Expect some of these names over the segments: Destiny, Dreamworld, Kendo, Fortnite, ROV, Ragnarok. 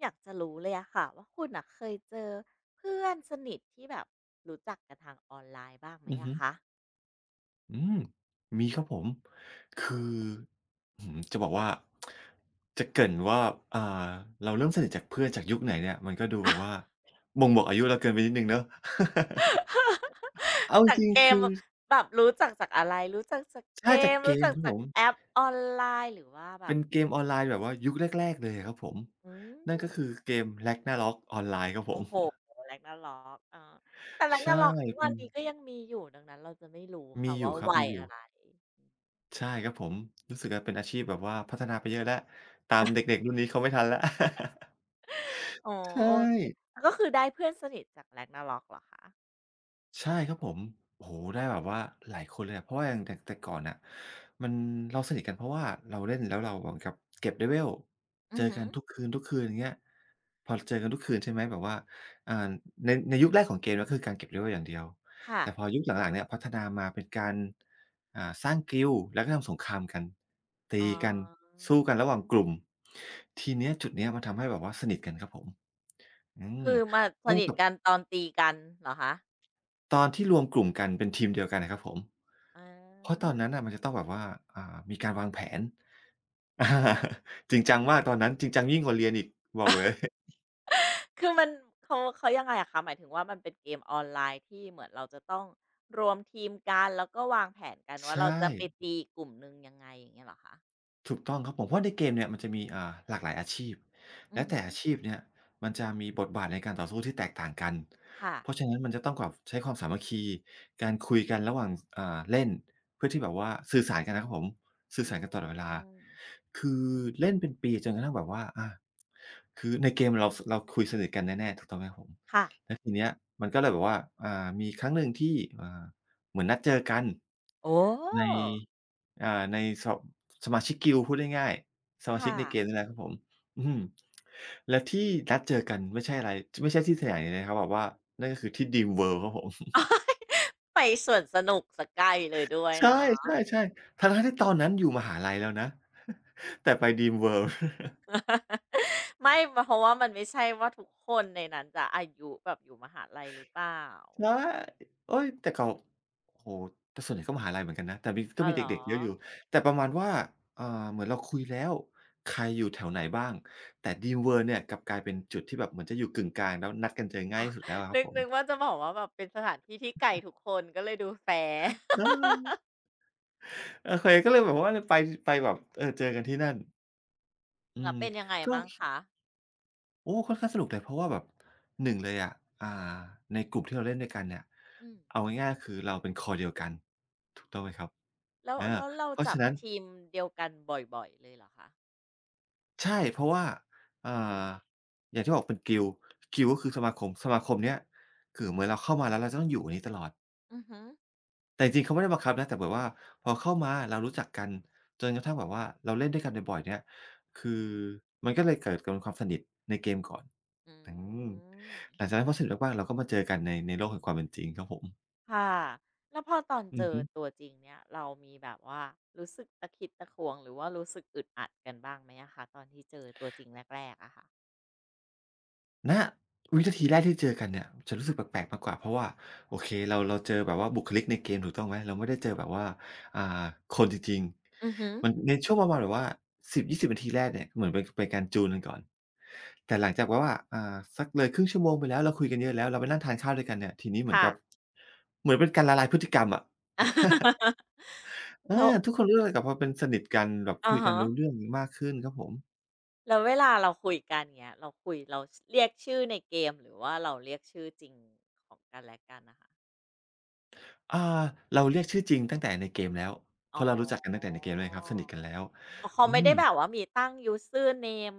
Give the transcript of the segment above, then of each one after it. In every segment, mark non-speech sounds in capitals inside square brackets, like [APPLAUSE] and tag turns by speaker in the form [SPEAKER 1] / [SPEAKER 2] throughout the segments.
[SPEAKER 1] อยากจะรู้เลยอะค่ะว่าคุณอะเคยเจอเพื่อนสนิทที่แบบรู้จักกันทางออนไลน์บ้างไหม
[SPEAKER 2] อือฮึ
[SPEAKER 1] อะคะ
[SPEAKER 2] อืมมีครับผมคืออื้อฮือจะบอกว่าจะเกริ่นว่าอ่าเราเริ่มสนิทจากเพื่อนจากยุคไหนเนี่ยมันก็ดูแบบว่าบ่งบอกอายุเราเกินไปนิดหนึ่งเนาะเอา
[SPEAKER 1] [LAUGHS] จาก
[SPEAKER 2] จริง
[SPEAKER 1] เก
[SPEAKER 2] ๆ
[SPEAKER 1] ม
[SPEAKER 2] คือ
[SPEAKER 1] แบบรู้จักจากอะไรรู้จักจากเก
[SPEAKER 2] ถ้าจาก
[SPEAKER 1] ม
[SPEAKER 2] เก
[SPEAKER 1] รู้
[SPEAKER 2] ม
[SPEAKER 1] จัก
[SPEAKER 2] ครับ
[SPEAKER 1] จา
[SPEAKER 2] ผ
[SPEAKER 1] ก
[SPEAKER 2] ม
[SPEAKER 1] แอปออนไลน์หรือว่าแบ
[SPEAKER 2] เป็
[SPEAKER 1] บ
[SPEAKER 2] นเกมออนไลน์แบบว่ายุคแรกๆเลยอะครับผม
[SPEAKER 1] อื
[SPEAKER 2] นั่นก็คือ
[SPEAKER 1] ม
[SPEAKER 2] เกม Ragnarok ออนไลน์ครับผ
[SPEAKER 1] โอ้
[SPEAKER 2] ม
[SPEAKER 1] โหแ a กนา r o k เอาแต่ r a g n
[SPEAKER 2] ใช่
[SPEAKER 1] a r o กทุก
[SPEAKER 2] เป็
[SPEAKER 1] วัน
[SPEAKER 2] น
[SPEAKER 1] นี้ก็ยังมีอยู่ดังนั้นเราจะไม่รู้ค่ะ
[SPEAKER 2] มีอ
[SPEAKER 1] ว่า
[SPEAKER 2] ยู่ครับ
[SPEAKER 1] วั
[SPEAKER 2] มี
[SPEAKER 1] ย
[SPEAKER 2] อยู่
[SPEAKER 1] อะไร
[SPEAKER 2] ใช่ครับผมรู้สึกว่าเป็นอาชีพแบบว่าพัฒนาไปเยอะแล้วตามเด็กๆรุ่นนี้เขาไม่ทันแล้ว [LAUGHS]
[SPEAKER 1] อ๋อ
[SPEAKER 2] ใช่
[SPEAKER 1] โอเคก็คือได้เพื่อนสนิทจาก r a g n a r o กเหรอคะ
[SPEAKER 2] ใช่ครับผมโอ้โฮได้แบบว่าหลายคนเลยอะเพราะว่าอย่างแต่ก่อนน่ะมันเราสนิทกันเพราะว่าเราเล่นแล้วเราเหมือนกับเก็บ level
[SPEAKER 1] อื
[SPEAKER 2] เจ
[SPEAKER 1] อ
[SPEAKER 2] อ
[SPEAKER 1] หื
[SPEAKER 2] กั
[SPEAKER 1] อ
[SPEAKER 2] นทุกคืนอย่างเงี้ยพอเจอกันทุกคืนใช่ไหมแบบว่าอ่าในยุคแรกของเกมก็คือการเก็บ level อย่างเดียว
[SPEAKER 1] ค่ะ
[SPEAKER 2] แต่พอยุคหลังๆเนี่ยพัฒนามาเป็นการสร้างกิลด์แล้วก็ทำสงครามกันตี
[SPEAKER 1] อ๋อ
[SPEAKER 2] กันสู้กันระหว่างกลุ่มทีเนี้ยจุดเนี้ยมันทำให้แบบว่าสนิทกันครับผมอืม
[SPEAKER 1] คือมา
[SPEAKER 2] เพ
[SPEAKER 1] ส
[SPEAKER 2] ราะว
[SPEAKER 1] นิท
[SPEAKER 2] แบบ
[SPEAKER 1] กันตอนตีกันเหรอคะ
[SPEAKER 2] ตอนที่รวมกลุ่มกันเป็นทีมเดียวกันอะครับผม
[SPEAKER 1] อ
[SPEAKER 2] เพราะตอ
[SPEAKER 1] า
[SPEAKER 2] นนั้นน่ะมันจะต้องแบบว่าอ่ามีการวางแผน [LAUGHS] อาจริงจังมากตอนนั้นจริงจังยิ่งกว่าเรียนอีกบอกเลย
[SPEAKER 1] คือมันเขายังไงอะคะ หมายถึงว่ามันเป็นเกมออนไลน์ที่เหมือนเราจะต้องรวมทีมกันแล้วก็วางแผนกัน
[SPEAKER 2] ใช
[SPEAKER 1] ว่าเรา
[SPEAKER 2] ่
[SPEAKER 1] จะไปตีกลุ่มหนึ่งยังไงอย่างเงี้ยเหรอคะ
[SPEAKER 2] ถูกต้องครับผมเพราะในเกมเนี่ยมันจะมีหลากหลายอาชีพ
[SPEAKER 1] อื
[SPEAKER 2] และ
[SPEAKER 1] อ
[SPEAKER 2] แต่
[SPEAKER 1] ฮึ
[SPEAKER 2] อาชีพเนี่ยมันจะมีบทบาทในการต่อสู้ที่แตกต่างกัน
[SPEAKER 1] ค่ะ
[SPEAKER 2] เพราะฉะนั้นมันจะต้องแบบใช้ความสามัคคีการคุยกันระหว่างเล่นเพื่อที่แบบว่าสื่อสารกันนะครับผมสื่อ
[SPEAKER 1] อื
[SPEAKER 2] สารกันตลอดเวลา
[SPEAKER 1] ม
[SPEAKER 2] คือเล่นเป็นปีจนกระทั่งแบบว่าคือในเกมเราสเราคุยสนิทกันแน่ๆถูกต้องไหมครับผม
[SPEAKER 1] ค่ะ
[SPEAKER 2] แล้วทีเนี้ยมันก็เลยแบบว่ามีครั้งหนึ่งที่เหมือนนัดเจอกัน
[SPEAKER 1] โอ้
[SPEAKER 2] ในอ่าในสสมาชิกกิลด์พูดง่ายๆสมาชิก
[SPEAKER 1] ค่ะ
[SPEAKER 2] ในเกมนี่แหละครับผมอืมและที่นัดเจอกันไม่ใช่อะไรไม่ใช่ที่สถานีนะครับแบบว่านั่นก็คือที่ Dreamworld ครับผม
[SPEAKER 1] [LAUGHS] ไปสวนสนุกเสียใกล้เลยด้วย
[SPEAKER 2] [LAUGHS] ใช
[SPEAKER 1] เนาะ
[SPEAKER 2] ่ๆๆทั้งๆที่ตอนนั้นอยู่มหาลัยแล้วนะ [LAUGHS] แต่ไป Dreamworld
[SPEAKER 1] [LAUGHS] ไม่เพราะว่ามันไม่ใช่ว่าทุกคนในนั้นจะอายุแบบอยู่มหาลัยหรือเปล่า
[SPEAKER 2] ใช่เอ๊ยแต่เก่าโอ้โฮแต่ส่วนใหญ่ก็มหาลัยเหมือนกันนะแต่มีก็
[SPEAKER 1] อ้าว
[SPEAKER 2] มี
[SPEAKER 1] เหรอ
[SPEAKER 2] เด็กๆเยอะอยู่แต่ประมาณว่าอ่าเหมือนเราคุยแล้วใครอยู่แถวไหนบ้างแต่ Dreamworld เนี่ยกลับกลายเป็นจุดที่แบบเหมือนจะอยู่กึ่งกลางแล้วนัดกันเจอง่ายที่สุดแล้วอะครับ
[SPEAKER 1] นึก
[SPEAKER 2] ผม
[SPEAKER 1] นึกว่าจะบอกว่าแบบเป็นสถานที่ที่ไก่ทุกคนก็เลยดูแฟร์
[SPEAKER 2] เ
[SPEAKER 1] [LAUGHS]
[SPEAKER 2] ออโอเคก็เลยแบบว่าเลยไปไปแบบเออเจอกันที่นั่นอื
[SPEAKER 1] แล้ว
[SPEAKER 2] ม
[SPEAKER 1] เป็นยังไง
[SPEAKER 2] ก็
[SPEAKER 1] มั้ง
[SPEAKER 2] ค
[SPEAKER 1] คะ
[SPEAKER 2] โอ้ค่อนข้างสนุกเลยเพราะว่าแบบหนึ่งเลยอะอ่าในกลุ่มที่เราเล่นด้วยกันเนี่ย
[SPEAKER 1] อืม
[SPEAKER 2] เอาง่ายๆคือเราเป็นคอเดียวกันถูกต้องไหมครับ
[SPEAKER 1] แล้ว
[SPEAKER 2] อา
[SPEAKER 1] เรา
[SPEAKER 2] เพราะ
[SPEAKER 1] จับ
[SPEAKER 2] ฉะนั้น
[SPEAKER 1] ทีมเดียวกันบ่อยๆเลยเหรอคะ
[SPEAKER 2] ใช่เพราะว่าอ่าอย่างที่บอกเป็น Guild Guild ก็คือสมาคมสมาคมเนี้ยคือเหมือนเราเข้ามาแล้วเราจะต้องอยู่อันนี้ตลอด
[SPEAKER 1] อือฮึ
[SPEAKER 2] แต่จริงๆเขาไม่ได้บังคับนะแต่แบบว่าพอเข้ามาเรารู้จักกันจนกระทั่งแบบว่าเราเล่นด้วยกันบ่อยๆเนี่ยคือมันก็เลยเกิดกเป็นความสนิทในเกมก่อน
[SPEAKER 1] อื
[SPEAKER 2] อืม
[SPEAKER 1] ม
[SPEAKER 2] หลังจากนั้นพอสนิทมากๆเราก็มาเจอกันในโลกแห่งความเป็นจริงครับผม
[SPEAKER 1] ค่ะแล้วพอตอน
[SPEAKER 2] อื
[SPEAKER 1] เจ
[SPEAKER 2] อ
[SPEAKER 1] อ
[SPEAKER 2] ฮึ
[SPEAKER 1] ตัวจริงเนี่ยเรามีแบบว่ารู้สึกตะขิดตะขวงหรือว่ารู้สึกอึดอัดกันบ้างไหมอะคะตอนที่เจอตัวจริงแรกๆอะค่ะ
[SPEAKER 2] ณวินาทีแรกที่เจอกันเนี่ยจะรู้สึกแปลกๆมากกว่าเพราะว่าโอเคเราเจอแบบว่าบุคลิกในเกมถูกต้องไหมเราไม่ได้เจอแบบว่าอ่าคนจริง
[SPEAKER 1] อือฮึ
[SPEAKER 2] ๆมันในช่วงประมาณแบบว่า10-20นาทีแรกเนี่ยเหมือนเป็นการจูนกันก่อนแต่หลังจากแบบว่าสักเลยครึ่งชั่วโมงไปแล้วเราคุยกันเยอะแล้วเราไปนั่งทานข้าวด้วยกันเนี่ยทีนี้เหมือน
[SPEAKER 1] ค่ะ
[SPEAKER 2] กับเหมือนเป็นการละลายพฤติกรรมอะ [LAUGHS]
[SPEAKER 1] [LAUGHS]
[SPEAKER 2] เออ
[SPEAKER 1] แล้ว
[SPEAKER 2] ทุกคนรู้จักกับพอเป็นสนิทกันแบบ
[SPEAKER 1] อะ
[SPEAKER 2] คุยกัน
[SPEAKER 1] ฮะ
[SPEAKER 2] รู้เรื่องมากขึ้นครับผม
[SPEAKER 1] แล้วเวลาเราคุยกันเงี้ยเราคุยเราเรียกชื่อในเกมหรือว่าเราเรียกชื่อจริงของกันและกันนะคะ
[SPEAKER 2] อ่าเราเรียกชื่อจริงตั้งแต่ในเกมแล้วเพ
[SPEAKER 1] อ๋
[SPEAKER 2] ราะเรารู้จักกันตั้งแต่
[SPEAKER 1] อ
[SPEAKER 2] ในเกมเลยครับสนิทกันแล้ว
[SPEAKER 1] อ๋อเขา
[SPEAKER 2] อื
[SPEAKER 1] ไม่
[SPEAKER 2] ม
[SPEAKER 1] ได้แบบว่ามีตั้ง user name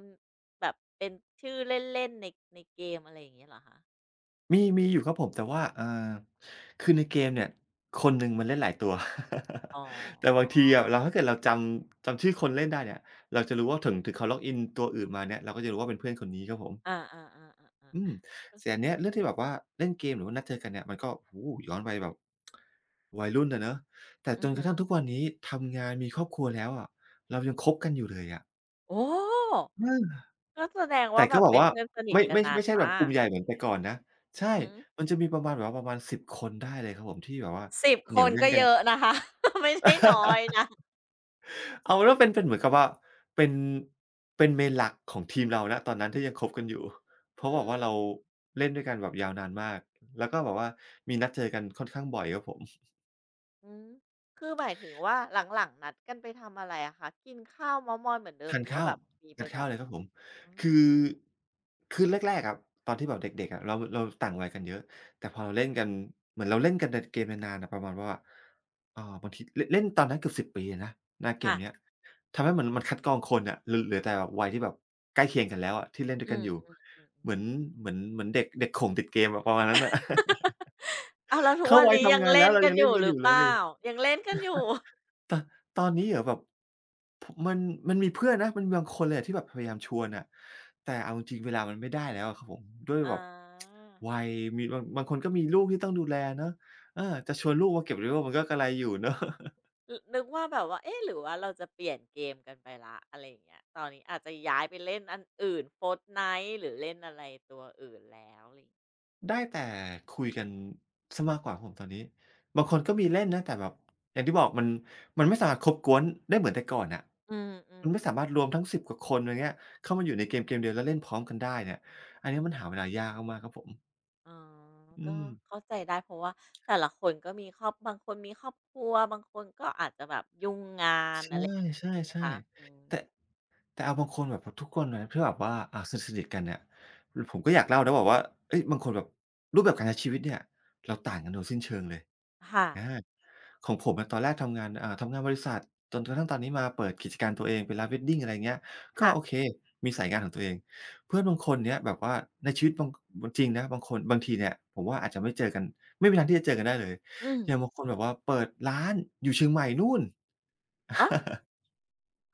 [SPEAKER 1] แบบเป็นชื่อเล่นๆในในเกมอะไรอย่างเงี้ยเหรอคะ
[SPEAKER 2] มีมีอยู่ครับผมแต่ว่าคือในเกมเนี่ยคนหนึ่งมันเล่นหลายตัว
[SPEAKER 1] อ๋
[SPEAKER 2] [LAUGHS] แต่บาง
[SPEAKER 1] อ
[SPEAKER 2] ทีอะเราถ้าเกิดเราจำชื่อคนเล่นได้เนี่ยเราจะรู้ว่าถึงเขาล็อกอินตัวอื่นมาเนี่ยเราก็จะรู้ว่าเป็นเพื่อนคนนี้ครับผม
[SPEAKER 1] อาๆ
[SPEAKER 2] อืม
[SPEAKER 1] ๆๆๆ
[SPEAKER 2] แต่อันเนี้ยเรื่องที่แบบว่าเล่นเกมหรือว่านัดเจอกันเนี่ยมันก็โอ้โฮย้อนไปแบบวัยรุ่นอะเนาะแต่จ
[SPEAKER 1] อือ
[SPEAKER 2] นก
[SPEAKER 1] ฮึ
[SPEAKER 2] ระทั่งทุกวันนี้ทำงานมีครอบครัวแล้วอะเรายังคบกันอยู่เลยอะ
[SPEAKER 1] โอ้
[SPEAKER 2] เออ
[SPEAKER 1] ก็แสดง
[SPEAKER 2] แต่
[SPEAKER 1] ว่าแบ
[SPEAKER 2] ก็
[SPEAKER 1] บ
[SPEAKER 2] แบบ
[SPEAKER 1] เป็น
[SPEAKER 2] ว่า
[SPEAKER 1] เพื่อนสนิท
[SPEAKER 2] ไม่
[SPEAKER 1] กัน
[SPEAKER 2] ไม่
[SPEAKER 1] นาน
[SPEAKER 2] ไม่ใช่แบบ
[SPEAKER 1] มา
[SPEAKER 2] กลุ่ม
[SPEAKER 1] ก
[SPEAKER 2] ใหญ่เหมือนแต่ก่อนนะใช่
[SPEAKER 1] อือฮึ
[SPEAKER 2] มันจะมีประมาณแบบว่าประมาณ10คนได้เลยครับผมที่แบบว่า
[SPEAKER 1] 10
[SPEAKER 2] เห
[SPEAKER 1] ค
[SPEAKER 2] นียว
[SPEAKER 1] น
[SPEAKER 2] แน่
[SPEAKER 1] ก็
[SPEAKER 2] นกัน
[SPEAKER 1] เยอะนะคะ [LAUGHS] ไม่ใช่น้อยนะ
[SPEAKER 2] เอาเป็นว่าเป็นเหมือนกับว่าเป็นเป็นเมนหลักของทีมเราณตอนนั้นที่ยังคบกันอยู่เพ
[SPEAKER 1] อื
[SPEAKER 2] ราะแบบว่าเรา
[SPEAKER 1] ม
[SPEAKER 2] เล่นด้วยกันแบบยาวนานมากแล้วก็แบบว่ามีนัดเจอกันค่อนข้างบ่อยครับผม
[SPEAKER 1] อืมคือหมายถึงว่าหลังๆนัดกันไปทำอะไรอะคะกินข้าวเม้าท์มอยเหมือนเดิม
[SPEAKER 2] ทา
[SPEAKER 1] ห
[SPEAKER 2] น
[SPEAKER 1] รือว่า
[SPEAKER 2] ข้า
[SPEAKER 1] แบ
[SPEAKER 2] ว
[SPEAKER 1] บมีไป
[SPEAKER 2] ทาน
[SPEAKER 1] แบ
[SPEAKER 2] ข้าว
[SPEAKER 1] บ
[SPEAKER 2] เลยครับผม
[SPEAKER 1] อ๋อ
[SPEAKER 2] คือคือแรกๆอะตอนที่แบบเด็กๆอะเราต่างวัยกันเยอะแต่พอเราเล่นกันเหมือนเราเล่นกันในเกมนานๆอะประมาณว่าบางทีเล่นเล่นตอนนั้นเกือบ10ปีเลยนะหน้าเกม
[SPEAKER 1] ค่ะ
[SPEAKER 2] เนี้ยทำให้เหมือนมันคัดกรองคนอะเหลือแต่วัยที่แบบใกล้เคียงกันแล้วอะที่เล่นด้ว
[SPEAKER 1] อื
[SPEAKER 2] ยกัน
[SPEAKER 1] ม
[SPEAKER 2] อยู่เหมือ
[SPEAKER 1] ๆ
[SPEAKER 2] น
[SPEAKER 1] ๆๆ
[SPEAKER 2] เหมือนเด็กเด็กโข่งติดเกมอะประมาณนั้นน่ะ [LAUGHS]
[SPEAKER 1] อ้าวแล้วทุก
[SPEAKER 2] เข้า
[SPEAKER 1] วัน
[SPEAKER 2] วัย
[SPEAKER 1] นี้ยั
[SPEAKER 2] ทำ
[SPEAKER 1] ง
[SPEAKER 2] งาน
[SPEAKER 1] เล่
[SPEAKER 2] แล้ว
[SPEAKER 1] น
[SPEAKER 2] เรา
[SPEAKER 1] กั
[SPEAKER 2] ยั
[SPEAKER 1] น
[SPEAKER 2] ง
[SPEAKER 1] อ
[SPEAKER 2] เล่
[SPEAKER 1] ยู่
[SPEAKER 2] นกั
[SPEAKER 1] ห
[SPEAKER 2] นอ
[SPEAKER 1] รือ
[SPEAKER 2] ยู่
[SPEAKER 1] เป
[SPEAKER 2] เลย
[SPEAKER 1] ล่ายังเล่นกันอยู่ [LAUGHS]
[SPEAKER 2] ตตอนนี้เหรอแบบมันมันมีเพื่อนนะมันมีบางคนเลยอะที่แบบพยายามชวนอะแต่เอาจริงๆเวลามันไม่ได้แล้วอะครับผมด้วยแบ
[SPEAKER 1] อา
[SPEAKER 2] บวัยมีบางคนก็มีลูกที่ต้องดูแลเนาะเออจะชวนลูกมาเก็บ Lego มันก็กะไรอยู่เนาะ
[SPEAKER 1] ลนึกว่าแบบว่าเอ๊ะหรือว่าเราจะเปลี่ยนเกมกันไปแล้วอะไรอย่างเงี้ยตอนนี้อาจจะย้ายไปเล่นอันอื่น Fortnite หรือเล่นอะไรตัวอื่นแล้วอะไร
[SPEAKER 2] [LAUGHS] ได้แต่คุยกันเสียมากกว่าครับผมตอนนี้บางคนก็มีเล่นนะแต่แบบอย่างที่บอกมันไม่สามารถคบก๊วนได้เหมือนแต่ก่อนน่ะ
[SPEAKER 1] อื
[SPEAKER 2] มันไม่สา
[SPEAKER 1] มๆ
[SPEAKER 2] มารถ
[SPEAKER 1] ๆ
[SPEAKER 2] รวมทั้ง10กว่าคนอะไรเงี้ยเข้ามาอยู่ในเกมเดียวแล้วเล่นพร้อมกันได้เนี่ยอันนี้มันหาเวลายากมากๆครับผม
[SPEAKER 1] อ๋อ
[SPEAKER 2] อื
[SPEAKER 1] ก็
[SPEAKER 2] ม
[SPEAKER 1] เข้าใจได้เพราะว่าแต่ละคนก็มีครอบบางคนมีครอบครัวบางคนก็อาจจะแบบยุ่งงาน
[SPEAKER 2] ใ
[SPEAKER 1] นะ
[SPEAKER 2] ช่
[SPEAKER 1] คะอื
[SPEAKER 2] ๆ
[SPEAKER 1] ม
[SPEAKER 2] ๆแต่เอาบางคนแบบทุกคนเลยที่แบบว่าอ่าสนิทๆกันเนี่ยคือผมก็อยากเล่านะแบบว่าเฮ้ยบางคนแบบรูปแบบการใช้ชีวิตเนี่ยเราต่างกันโดยสิ้นเชิงเลย
[SPEAKER 1] ค่ะ
[SPEAKER 2] อาของผมอะตอนแรกทำงานทำงานบริษัทจนกระทั่งตอนนี้มาเปิดกิจการตัวเองเป็นร้าน Wedding อะไรอย่างเงี้ยก็โอเค
[SPEAKER 1] ค่ะ
[SPEAKER 2] มีสายงานของตัวเองเพื่อนบางคนเนี่ยแบบว่าในชีวิตบางจริงนะบางคนบางทีเนี่ยผมว่าอาจจะไม่เจอกันไม่มีทางที่จะเจอกันได้เลย
[SPEAKER 1] อืม
[SPEAKER 2] อย่างบางคนแบบว่าเปิดร้านอยู่เชียงใหม่นู่น
[SPEAKER 1] อ้าว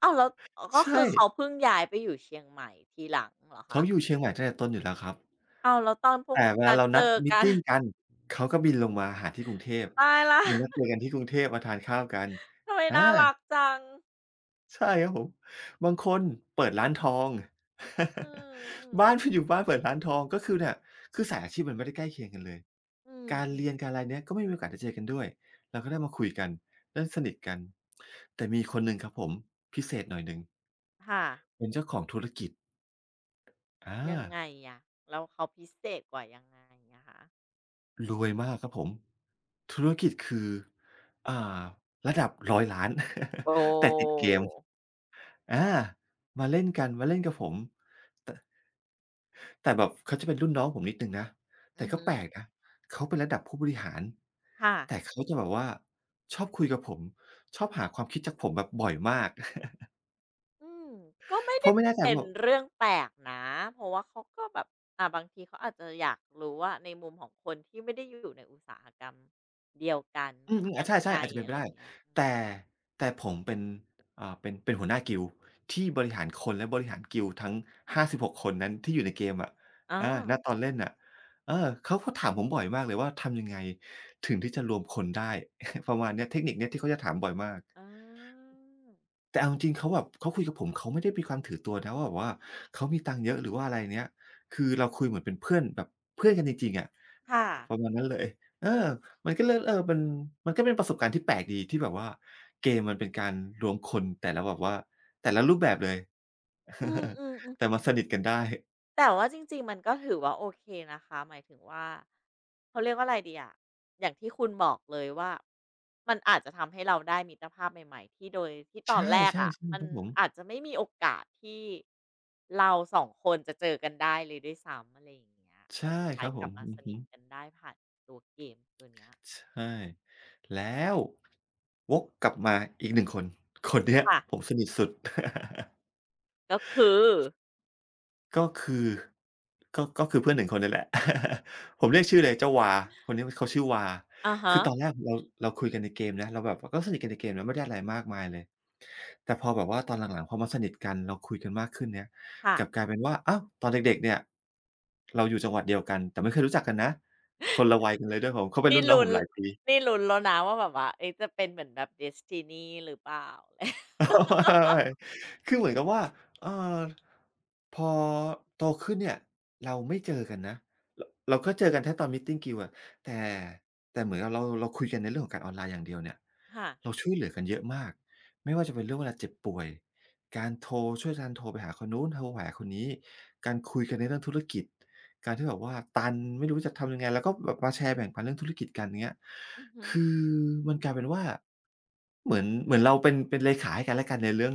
[SPEAKER 1] อ้าวแล้วอ๋อก็คื
[SPEAKER 2] ใช่
[SPEAKER 1] อเขาเพิ่งย้ายไปอยู่เชียงใหม่ทีหลังเหรอ
[SPEAKER 2] เขา
[SPEAKER 1] คะ
[SPEAKER 2] อยู่เชียงใหม่ตั้งแต่ต้นอยู่แล้วครับ
[SPEAKER 1] อ้าวแล้วตอนพวก
[SPEAKER 2] แต่
[SPEAKER 1] คุณ
[SPEAKER 2] เวลา
[SPEAKER 1] นัด
[SPEAKER 2] เรา
[SPEAKER 1] เจอ
[SPEAKER 2] นัดมีต
[SPEAKER 1] กัน
[SPEAKER 2] ติ
[SPEAKER 1] [LAUGHS]
[SPEAKER 2] งกันเขาก็บินลงมาหาที่กรุงเทพ
[SPEAKER 1] ตายแล้ว [LAUGHS]
[SPEAKER 2] มานัดเจอกันที่กรุงเทพมาทานข้าวกัน
[SPEAKER 1] ทำไม
[SPEAKER 2] อา
[SPEAKER 1] น่ารักจัง
[SPEAKER 2] ใช่ครับผมบางคนเปิดร้านทอง
[SPEAKER 1] อืม
[SPEAKER 2] [LAUGHS] บ้าน
[SPEAKER 1] ๆ
[SPEAKER 2] อยู่บ้านเปิดร้านทองก็คือเนี่ยคือสายอาชีพมันไม่ได้ใกล้เคียงกันเลย
[SPEAKER 1] อื
[SPEAKER 2] การ
[SPEAKER 1] ม
[SPEAKER 2] เรียน
[SPEAKER 1] ๆ
[SPEAKER 2] การอะไรเนี้ยก็ไม่มีโอกาสได้เจอกันด้วยเราก็ได้มาคุยกันได้สนิทกันแต่มีคนหนึ่งครับผมพิเศษหน่อยหนึ่ง
[SPEAKER 1] ค่ะ
[SPEAKER 2] เป็นเจ้าของธุรกิจอ
[SPEAKER 1] ยังไง
[SPEAKER 2] า
[SPEAKER 1] อะแล้วเขาพิเศษกว่ายังไงอะคะ
[SPEAKER 2] รวยมากครับผม ธุรกิจคืออ่าระดับร้อยล้าน
[SPEAKER 1] โอ้
[SPEAKER 2] [LAUGHS] แต่ติดเกมอามาเล่นกันมาเล่นกับผมแต่แต่แบบเขาจะเป็นรุ่นน้องผมนิดหนึ่งนะแต่
[SPEAKER 1] อือ
[SPEAKER 2] ก็
[SPEAKER 1] ฮึ
[SPEAKER 2] แปลกนะเขาเป็นระดับผู้บริหาร
[SPEAKER 1] ค่ะ
[SPEAKER 2] แต่เขาจะแบบว่าชอบคุยกับผมชอบหาความคิดจากผมแบบบ่อยมาก [LAUGHS]
[SPEAKER 1] อืมก็ไม่
[SPEAKER 2] เพ
[SPEAKER 1] ได้
[SPEAKER 2] ราะไม่แน่ใจ
[SPEAKER 1] เป็น
[SPEAKER 2] ว่า
[SPEAKER 1] เรื่องแปลกนะเพราะว่าเขาก็แบบอ่าบางทีเขาอาจจะอยากรู้ว่าในมุมของคนที่ไม่ได้อยู่ในอุตสาหกรรมเดียวกัน
[SPEAKER 2] อื
[SPEAKER 1] คิ
[SPEAKER 2] ม
[SPEAKER 1] ด
[SPEAKER 2] ๆอา
[SPEAKER 1] ยัง
[SPEAKER 2] ใช่
[SPEAKER 1] ไง
[SPEAKER 2] ๆอาจจะเป็น
[SPEAKER 1] อะ
[SPEAKER 2] ไป
[SPEAKER 1] ไรอ
[SPEAKER 2] ได้
[SPEAKER 1] ย่างเงี้ยอืม
[SPEAKER 2] แต่แต่ผมเป็นเป็นหัวหน้ากิลด์ที่บริหารคนและบริหารกิลด์ทั้ง56คนนั้นที่อยู่ในเกมอะอาณ
[SPEAKER 1] อา
[SPEAKER 2] ตอนเล่นน่ะเออเขาก็ถามผมบ่อยมากเลยว่าทำยังไงถึงที่จะรวมคนได้ [LAUGHS] ประมาณเนี้ยเทคนิคเนี้ยที่เขาจะถามบ่อยมาก
[SPEAKER 1] อา
[SPEAKER 2] แต่เอาจริงๆเขาแบบเขาคุยกับผมเขาไม่ได้มีความถือตัวนะว่าแบบว่าเขามีตังค์เยอะหรือว่าอะไรเนี้ยคือเราคุยเหมือนเป็นเพื่อนแบบเพื่อนกันจริงๆอะ
[SPEAKER 1] ค่ะ
[SPEAKER 2] ประมาณนั้นเลยเออ มันก็เลยเออมันก็เป็นประสบการณ์ที่แปลกดีที่แบบว่าเกมมันเป็นการรวมคนแต่ละแบบว่าแต่ละรูปแบบเลย
[SPEAKER 1] อืม
[SPEAKER 2] [LAUGHS] แต่
[SPEAKER 1] ๆ
[SPEAKER 2] มาสนิทกันได้
[SPEAKER 1] แต่ว่าจริงๆ มันก็ถือว่าโอเคนะคะหมายถึงว่าเขาเรียกว่าอะไรดีอะอย่างที่คุณบอกเลยว่ามันอาจจะทำให้เราได้มิตรภาพใหม่ๆที่โดยที่ตอน
[SPEAKER 2] ใช่
[SPEAKER 1] แร
[SPEAKER 2] ๆ
[SPEAKER 1] ก
[SPEAKER 2] ใช่
[SPEAKER 1] อะ
[SPEAKER 2] ค
[SPEAKER 1] มัน
[SPEAKER 2] รับผม
[SPEAKER 1] อาจจะไม่มีโอกาสที่เรา2คนจะเจอกันได้เลยด้วยซ้ำอะไรอย่างเงี้ยแต่
[SPEAKER 2] ใช่
[SPEAKER 1] สุด
[SPEAKER 2] ค
[SPEAKER 1] ท้าย
[SPEAKER 2] รับผ
[SPEAKER 1] กลั
[SPEAKER 2] ม
[SPEAKER 1] บมา
[SPEAKER 2] อื
[SPEAKER 1] ส
[SPEAKER 2] อฮึ
[SPEAKER 1] นิทกันได้ผ่านตัวเกมตัวเนี้ย
[SPEAKER 2] ใช่แล้ววกกลับมาอีกหนึ่งคนคนเนี้ย
[SPEAKER 1] ค่ะ
[SPEAKER 2] ผมสนิทสุด
[SPEAKER 1] ก็คือ
[SPEAKER 2] ก็คือก็คือเพื่อนหนึ่งคนนี่แหละ [LAUGHS] ผมเรียกชื่อเลยเจ้าวาคนนี้เขาชื่อวา
[SPEAKER 1] อะฮะ
[SPEAKER 2] คือตอนแรกเราคุยกันในเกมนะเราแบบก็สนิทกันในเกมนะไม่ได้อะไรมากมายเลยแต่พอแบบว่าตอนหลังๆพอมาสนิทกันเราคุยกันมากขึ้นเนี่ย
[SPEAKER 1] ค่ะ
[SPEAKER 2] กลับกลายเป็นว่าอ้าวตอนเด็กๆเนี่ยเราอยู่จังหวัดเดียวกันแต่ไม่เคยรู้จักกันนะคนละวัยกันเลยด้วยผมเขาเป็น
[SPEAKER 1] นี่
[SPEAKER 2] รุ่นน้อง
[SPEAKER 1] ลุ้
[SPEAKER 2] ผ
[SPEAKER 1] น
[SPEAKER 2] มหลายปี
[SPEAKER 1] แล้วนะว่าแบบว่าเอ๊ะจะเป็นเหมือนแบบ Destiny หรือเปล่า [LAUGHS] อะไร
[SPEAKER 2] [LAUGHS] ไม่คือเหมือนกับว่าเอ่อพอโตขึ้นเนี่ยเราไม่เจอกันนะรเราก็เจอกันแค่ตอนมีตติงกิลด์อะแต่แต่เหมือนกับเราคุยกันในเรื่องของการออนไลน์อย่างเดียวเนี่ย
[SPEAKER 1] ค่ะ
[SPEAKER 2] เราช่วยเหลือกันเยอะมากไม่ว่าจะเป็นเรื่องเวลาเจ็บป่วยการโทรช่วยกันโทรไปหาคนนู้นโทรหาคนนี้การคุยกันในเรื่องธุรกิจ การที่แบบว่าตันไม่รู้จะทำยังไงแล้วก็แบบมาแชร์แบ่งปันเรื่องธุรกิจกันเงี้ย
[SPEAKER 1] อือฮึ
[SPEAKER 2] คือมันกลายเป็นว่าเหมือนเราเป็นเลขาให้กันและกันในเรื่อง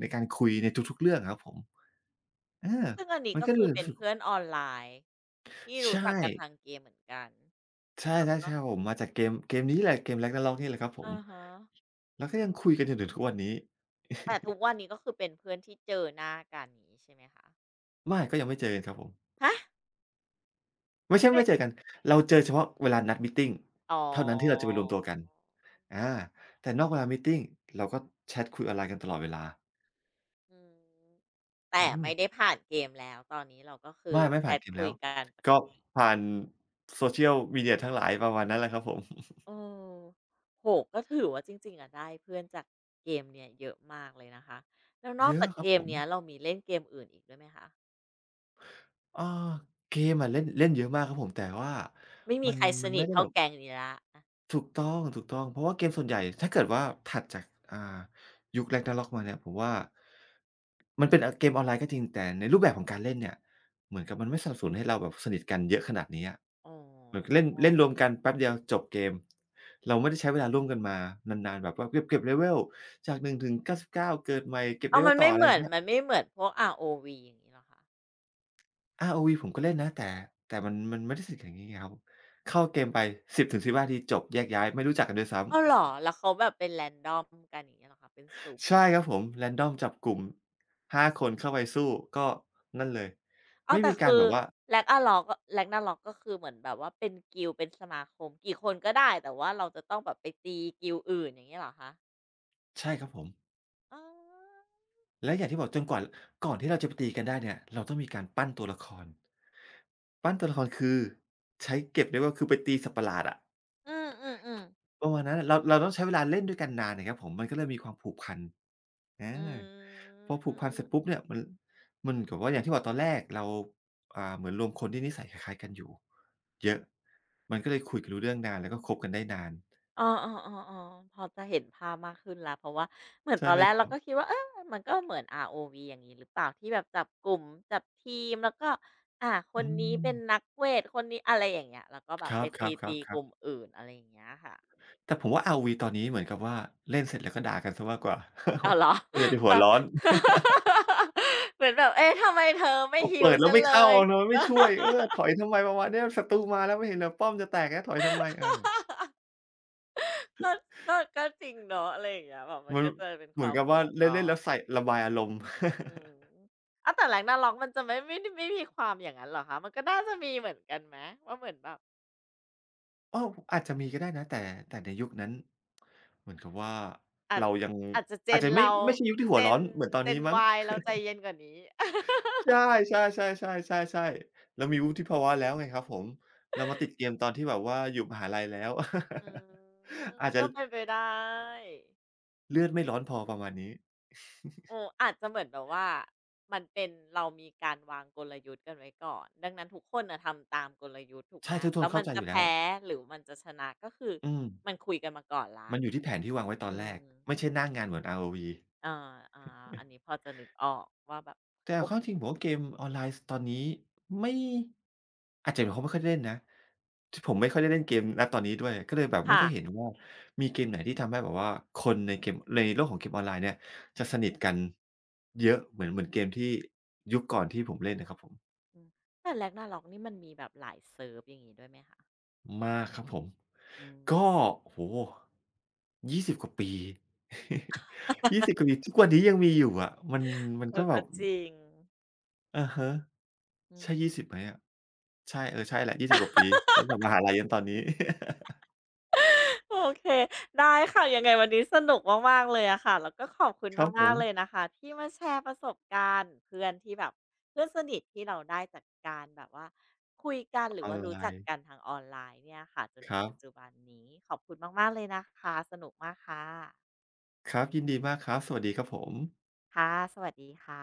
[SPEAKER 2] ในการคุยในทุกๆเรื่องอะครับผมอา
[SPEAKER 1] ซึ่งอันนี้
[SPEAKER 2] มัน
[SPEAKER 1] ก็
[SPEAKER 2] ก็เล
[SPEAKER 1] คื
[SPEAKER 2] ย
[SPEAKER 1] อเป็
[SPEAKER 2] รู้
[SPEAKER 1] น
[SPEAKER 2] สึก
[SPEAKER 1] เพื่อนออนไลน์ที่รู้
[SPEAKER 2] ใช่
[SPEAKER 1] จักกันทางเกมเหมือนกัน
[SPEAKER 2] ใช่
[SPEAKER 1] แล้ว
[SPEAKER 2] ๆๆค
[SPEAKER 1] ก็
[SPEAKER 2] รับผมมาจากเกมนี้แหละเกม Ragnarok นี่แหละครับผม
[SPEAKER 1] อะฮะ
[SPEAKER 2] แล้วก็ยังคุยกันจนถึงทุกวันนี้
[SPEAKER 1] แต่ทุกวันนี้ก็คือเป็นเพื่อนที่เจอหน้ากันอย่างงี้ใช่ไหมคะ
[SPEAKER 2] ไม่ก็ยังไม่เจอกันครับผม
[SPEAKER 1] ฮะ
[SPEAKER 2] ไม่ใช่
[SPEAKER 1] ไอ๊
[SPEAKER 2] ไม่เจอกันเราเจอเฉพาะเวลานัดมีตติง
[SPEAKER 1] อ๋อ
[SPEAKER 2] เท่านั้นที่เราจะไปรวมตัวกัน อาแต่นอกเวลามีตติงเราก็แชตคุยออนไลน์กันตลอดเวลา
[SPEAKER 1] อืมแต่
[SPEAKER 2] อืม
[SPEAKER 1] ไม่ได้ผ่านเกมแล้ว ตอนนี้เราก็คือ
[SPEAKER 2] ไม่
[SPEAKER 1] แช
[SPEAKER 2] ผ่าน
[SPEAKER 1] ต
[SPEAKER 2] เกม
[SPEAKER 1] คุ
[SPEAKER 2] แล้
[SPEAKER 1] ย
[SPEAKER 2] ว
[SPEAKER 1] กันปก
[SPEAKER 2] ก็
[SPEAKER 1] ติ
[SPEAKER 2] ผ่าน social media ทั้งหลายประมาณนั้นแหละครับผม
[SPEAKER 1] เออโอ้โฮก็ถือว่าจริงๆอะได้เพื่อนจากเกมเนี่ยเยอะมากเลยนะคะแล้วนอ
[SPEAKER 2] เย
[SPEAKER 1] กจา
[SPEAKER 2] อะ
[SPEAKER 1] ก
[SPEAKER 2] ครั
[SPEAKER 1] เก
[SPEAKER 2] บผ
[SPEAKER 1] ม
[SPEAKER 2] ม
[SPEAKER 1] เนี้ยเรามีเล่นเกมอื่นอีกด้วยไหมคะ
[SPEAKER 2] เออเกมอะเล่นเล่นเยอะมากครับผมแต่ว่า
[SPEAKER 1] ไม่มี
[SPEAKER 2] มัน
[SPEAKER 1] ใครส
[SPEAKER 2] มัน
[SPEAKER 1] นิ
[SPEAKER 2] ไม่
[SPEAKER 1] ท
[SPEAKER 2] ได้
[SPEAKER 1] เท่า
[SPEAKER 2] แบบ
[SPEAKER 1] แก๊งนี้แล้วอะ
[SPEAKER 2] ถูกต้องถูกต้องเพราะว่าเกมส่วนใหญ่ถ้าเกิดว่าถัดจากอ่ายุค Ragnarok มาเนี่ยผมว่ามันเป็นอเกมออนไลน์ก็จริงแต่ในรูปแบบของการเล่นเนี่ยเหมือนกับมันไม่สนับสนุนให้เราแบบสนิทกันเยอะขนาดนี้อะ
[SPEAKER 1] อ๋อ
[SPEAKER 2] เหมือนกับเล่นเล่นรวมกันแป๊บเดียวจบเกมเราไม่ได้ใช้เวลาร่วมกันมานานๆแบบว่าเก็บ level จาก1ึงถึงเกาสิบเก้าเกิดใหม่เก็บ
[SPEAKER 1] อ้าวมั
[SPEAKER 2] level
[SPEAKER 1] น
[SPEAKER 2] ต่อ
[SPEAKER 1] ไม่
[SPEAKER 2] อะ
[SPEAKER 1] เห
[SPEAKER 2] ไรอ
[SPEAKER 1] มือ
[SPEAKER 2] ย่าง
[SPEAKER 1] น
[SPEAKER 2] เงี้ย
[SPEAKER 1] มันไม่เหมือนพวก ROV อย่างงี้เหรอคะ
[SPEAKER 2] ROV ผมก็เล่นนะแต่แต่มันไม่ได้สนิทกันอย่างงี้ไงครับเข้าเกมไป10-15นาทีจบแยกย้ายไม่รู้จักกันด้วยซ้ำ
[SPEAKER 1] อ้าวเหรอแล้วเขาแบบเป็น random กันอย่างเงี้ยเหรอคะเป็นสุ่ม
[SPEAKER 2] ใช่ครับผม แรนดอมจับกลุ่ม5 คน
[SPEAKER 1] อื
[SPEAKER 2] เข้า
[SPEAKER 1] ม
[SPEAKER 2] ไปสู้ก็นั่นเลย
[SPEAKER 1] อ้าว
[SPEAKER 2] ไม่
[SPEAKER 1] แต่
[SPEAKER 2] มีการ
[SPEAKER 1] คือ
[SPEAKER 2] แบบว่า
[SPEAKER 1] Ragnarok ก็ Ragnarok ก็คือเหมือนแบบว่าเป็นกิลด์เป็นสมาคมกี่คนก็ได้ แต่ว่าเราจะต้องแบบไปตีกิลด์อื่นอย่างงี้เหรอคะ
[SPEAKER 2] ใช่ครับผม
[SPEAKER 1] อ๋อ
[SPEAKER 2] และอย่างที่บอกจนกว่าก่อนที่เราจะไปตีกันได้เนี่ย เราต้องมีการปั้นตัวละคร ปั้นตัวละครคือใช้เก็บเรียกว่าคือไปตีสัตว์ประหลาดอะ
[SPEAKER 1] อือๆๆ
[SPEAKER 2] ประมาณนั้นเราต้องใช้เวลาเล่นด้วยกันนานน่ะครับผมมันก็เลยมีความผูกพัน
[SPEAKER 1] อื
[SPEAKER 2] อาพอผูกพันเสร็จปุ๊บ
[SPEAKER 1] ม
[SPEAKER 2] เนี่ยมันเหมือนกับว่าอย่างที่บอกตอนแรกเราเหมือนรวมคนที่นิสัยคล้ายๆกันอยู่เยอะมันก็เลยคุยกันรู้เรื่องนานแล้วก็คบกันได้นาน
[SPEAKER 1] เออออ๋อพอจะเห็นภาพมากขึ้นแล้วเพราะว่าเหมือน
[SPEAKER 2] ใช่
[SPEAKER 1] ตอน
[SPEAKER 2] ไหม
[SPEAKER 1] แรก
[SPEAKER 2] ค
[SPEAKER 1] เรา
[SPEAKER 2] รับ
[SPEAKER 1] ก็คิดว่าเออมันก็เหมือน ROV อวีอย่างนี้หรือเปล่าที่แบบจับกลุ่มจับทีมแล้วก็อ่าค
[SPEAKER 2] อื
[SPEAKER 1] นนี้เป็
[SPEAKER 2] ม
[SPEAKER 1] นนักเวทคนนี้อะไรอย่างเงี้ยแล้วก็แบ
[SPEAKER 2] ค
[SPEAKER 1] บ
[SPEAKER 2] ร
[SPEAKER 1] ไปต
[SPEAKER 2] ับ
[SPEAKER 1] ีๆกลุ่ม
[SPEAKER 2] ๆๆ
[SPEAKER 1] อื่นอะไรอย่างเงี้ยค่ะ
[SPEAKER 2] ๆแต่ผมว่า ROV ตอนนี้เหมือนกับว่าเล่นเสร็จแล้วก็ด่ากันเสียมากกว่า
[SPEAKER 1] อ้าวเหรอ
[SPEAKER 2] [LAUGHS] ส่วนใหญ่จะ
[SPEAKER 1] [LAUGHS]
[SPEAKER 2] หั
[SPEAKER 1] แบ
[SPEAKER 2] ว
[SPEAKER 1] บ
[SPEAKER 2] ร้อน
[SPEAKER 1] [LAUGHS] เหมือนแบบเอ๊ะทำไมเธอไม่
[SPEAKER 2] อ้าว
[SPEAKER 1] ฮิ
[SPEAKER 2] เปิ
[SPEAKER 1] ว
[SPEAKER 2] ดแล้
[SPEAKER 1] ฉั
[SPEAKER 2] ว
[SPEAKER 1] น
[SPEAKER 2] ไม่
[SPEAKER 1] เล
[SPEAKER 2] เข้า
[SPEAKER 1] ย
[SPEAKER 2] ทำไมไม่ช่วยเออถอยทำไมประมาณเนี้ยศัตรูมาแล้วไม่เห็นเหรอป้อมจะแตกแล้วถอยทำไมอา
[SPEAKER 1] [LAUGHS] ก็ก็จริงเนาะอะไรอย่างเงี้ยแบบมัน
[SPEAKER 2] มัน
[SPEAKER 1] ก็จะเป็นค
[SPEAKER 2] เหมือ
[SPEAKER 1] วา
[SPEAKER 2] น
[SPEAKER 1] ม
[SPEAKER 2] กับ
[SPEAKER 1] หั
[SPEAKER 2] ว่า
[SPEAKER 1] วร้อ
[SPEAKER 2] เล่นๆแล้
[SPEAKER 1] น
[SPEAKER 2] วใส่ระบายอารมณ์
[SPEAKER 1] อืมอะแต่ r a g น a r o กมันจะไม่ไม่มีความอย่างนั้นเหรอคะมันก็น่าจะมีเหมือนกันไหมว่าเหมือนแบบ
[SPEAKER 2] [LAUGHS] อ้าวอาจจะมีก็ได้นะแต่แต่ในยุคนั้นเหมือนกับว่า
[SPEAKER 1] อาจ
[SPEAKER 2] เรายัง
[SPEAKER 1] จะเจ
[SPEAKER 2] อาจ
[SPEAKER 1] น
[SPEAKER 2] จะไม่
[SPEAKER 1] เรา
[SPEAKER 2] ไม่ใช่ยุคที่หั
[SPEAKER 1] เจ
[SPEAKER 2] วร้อ
[SPEAKER 1] น
[SPEAKER 2] นเหมือนตอนนี้มั้ง
[SPEAKER 1] วายเราใจเย็นกว่านี้ [LAUGHS]
[SPEAKER 2] ใช่ๆๆๆๆๆเรามีวุฒิภาวะแล้วไงครับผมเรามาติดเกมตอนที่แบบว่าอยู่มหาลัยแล้ว
[SPEAKER 1] อืม
[SPEAKER 2] [LAUGHS] อาจจะ
[SPEAKER 1] ก็เป็นไปได้
[SPEAKER 2] เลือดไม่ร้อนพอประมาณนี้
[SPEAKER 1] โอ้อาจจะเหมือนแบบว่า มันเป็นเรามีการวางกลยุทธ์กันไว้ก่อนดังนั้นทุกคนนะทำตามกลยุทธ์ถูกไห
[SPEAKER 2] ใช่
[SPEAKER 1] ม
[SPEAKER 2] ทุกค
[SPEAKER 1] แล้
[SPEAKER 2] น
[SPEAKER 1] ว
[SPEAKER 2] เข้า
[SPEAKER 1] มัน
[SPEAKER 2] ใจอ
[SPEAKER 1] จะ
[SPEAKER 2] ยู่แล้ว
[SPEAKER 1] แพ้หรือมันจะชนะก็คือ
[SPEAKER 2] อืม
[SPEAKER 1] มันคุยกันมาก่อนละ
[SPEAKER 2] มันอยู่ที่แผนที่วางไว้ตอน
[SPEAKER 1] อื
[SPEAKER 2] แรก
[SPEAKER 1] ม
[SPEAKER 2] ไม่ใช่หน้างานเหมือน ROV
[SPEAKER 1] อาอ่าอันนี้พอจะนึกออกว่าแบบ
[SPEAKER 2] แต่
[SPEAKER 1] โอ
[SPEAKER 2] เอา
[SPEAKER 1] เค
[SPEAKER 2] เข้าจริงผมว่าเกมออนไลน์สตอนนี้ไม่อาจจะเป็นเพราะไม่ค่อยได้เล่นนะที่ผมไม่ค่อยได้เล่นเกมณตอนนี้ด้วยก็เลยแบบไม่
[SPEAKER 1] ค่ะ
[SPEAKER 2] ค่อยเห็นว่ามีเกมไหนที่ทำให้แบบว่าคนในเกมในโลกของเกมออนไลน์เนี่ยจะสนิทกันเยอะเหมือนเกมที่ยุคก่อนที่ผมเล่นนะครับผม
[SPEAKER 1] อืมแต่ r a g n a ็ o กนี่มันมีแบบหลายเซิร์ฟอย่างงี้ด้วยไหมคะ
[SPEAKER 2] มากครับผม
[SPEAKER 1] อืม
[SPEAKER 2] ก็โอ้โฮ20กว่าปี [LAUGHS] 20กว่าปีทุกวันนี้ยังมีอยู่อะมันมัน
[SPEAKER 1] เออ
[SPEAKER 2] ก็แบ
[SPEAKER 1] ก็
[SPEAKER 2] บ
[SPEAKER 1] จริง
[SPEAKER 2] อะฮะ
[SPEAKER 1] อื
[SPEAKER 2] ใช่ยี่
[SPEAKER 1] ม
[SPEAKER 2] สิบไหมอะ ใช่เออใช่แหละ20กว่าปีตั้งแต่มหาลัยยันตอนนี้
[SPEAKER 1] โอเคได้ค่ะยังไงวันนี้สนุกมากๆเลยอะค่ะแล้วก็ขอบคุณ
[SPEAKER 2] [LAUGHS] ครับผ
[SPEAKER 1] มาก
[SPEAKER 2] ม
[SPEAKER 1] ๆเลยนะคะที่มาแชร์ประสบการณ์เพื่อนที่แบบเพื่อนสนิทที่เราได้จากการแบบว่าคุยกันหรื
[SPEAKER 2] อ
[SPEAKER 1] อ
[SPEAKER 2] อ
[SPEAKER 1] ว่า
[SPEAKER 2] นไล
[SPEAKER 1] รู้จัก
[SPEAKER 2] น์
[SPEAKER 1] กันทางออนไลน์เนี่ยค่ะจน
[SPEAKER 2] ค
[SPEAKER 1] ถึง
[SPEAKER 2] รับ
[SPEAKER 1] ปัจจุบันนี้ขอบคุณมากๆเลยนะคะสนุกมากค่ะ
[SPEAKER 2] ครับยินดีมากครับสวัสดีครับผม
[SPEAKER 1] ค่ะสวัสดีค่ะ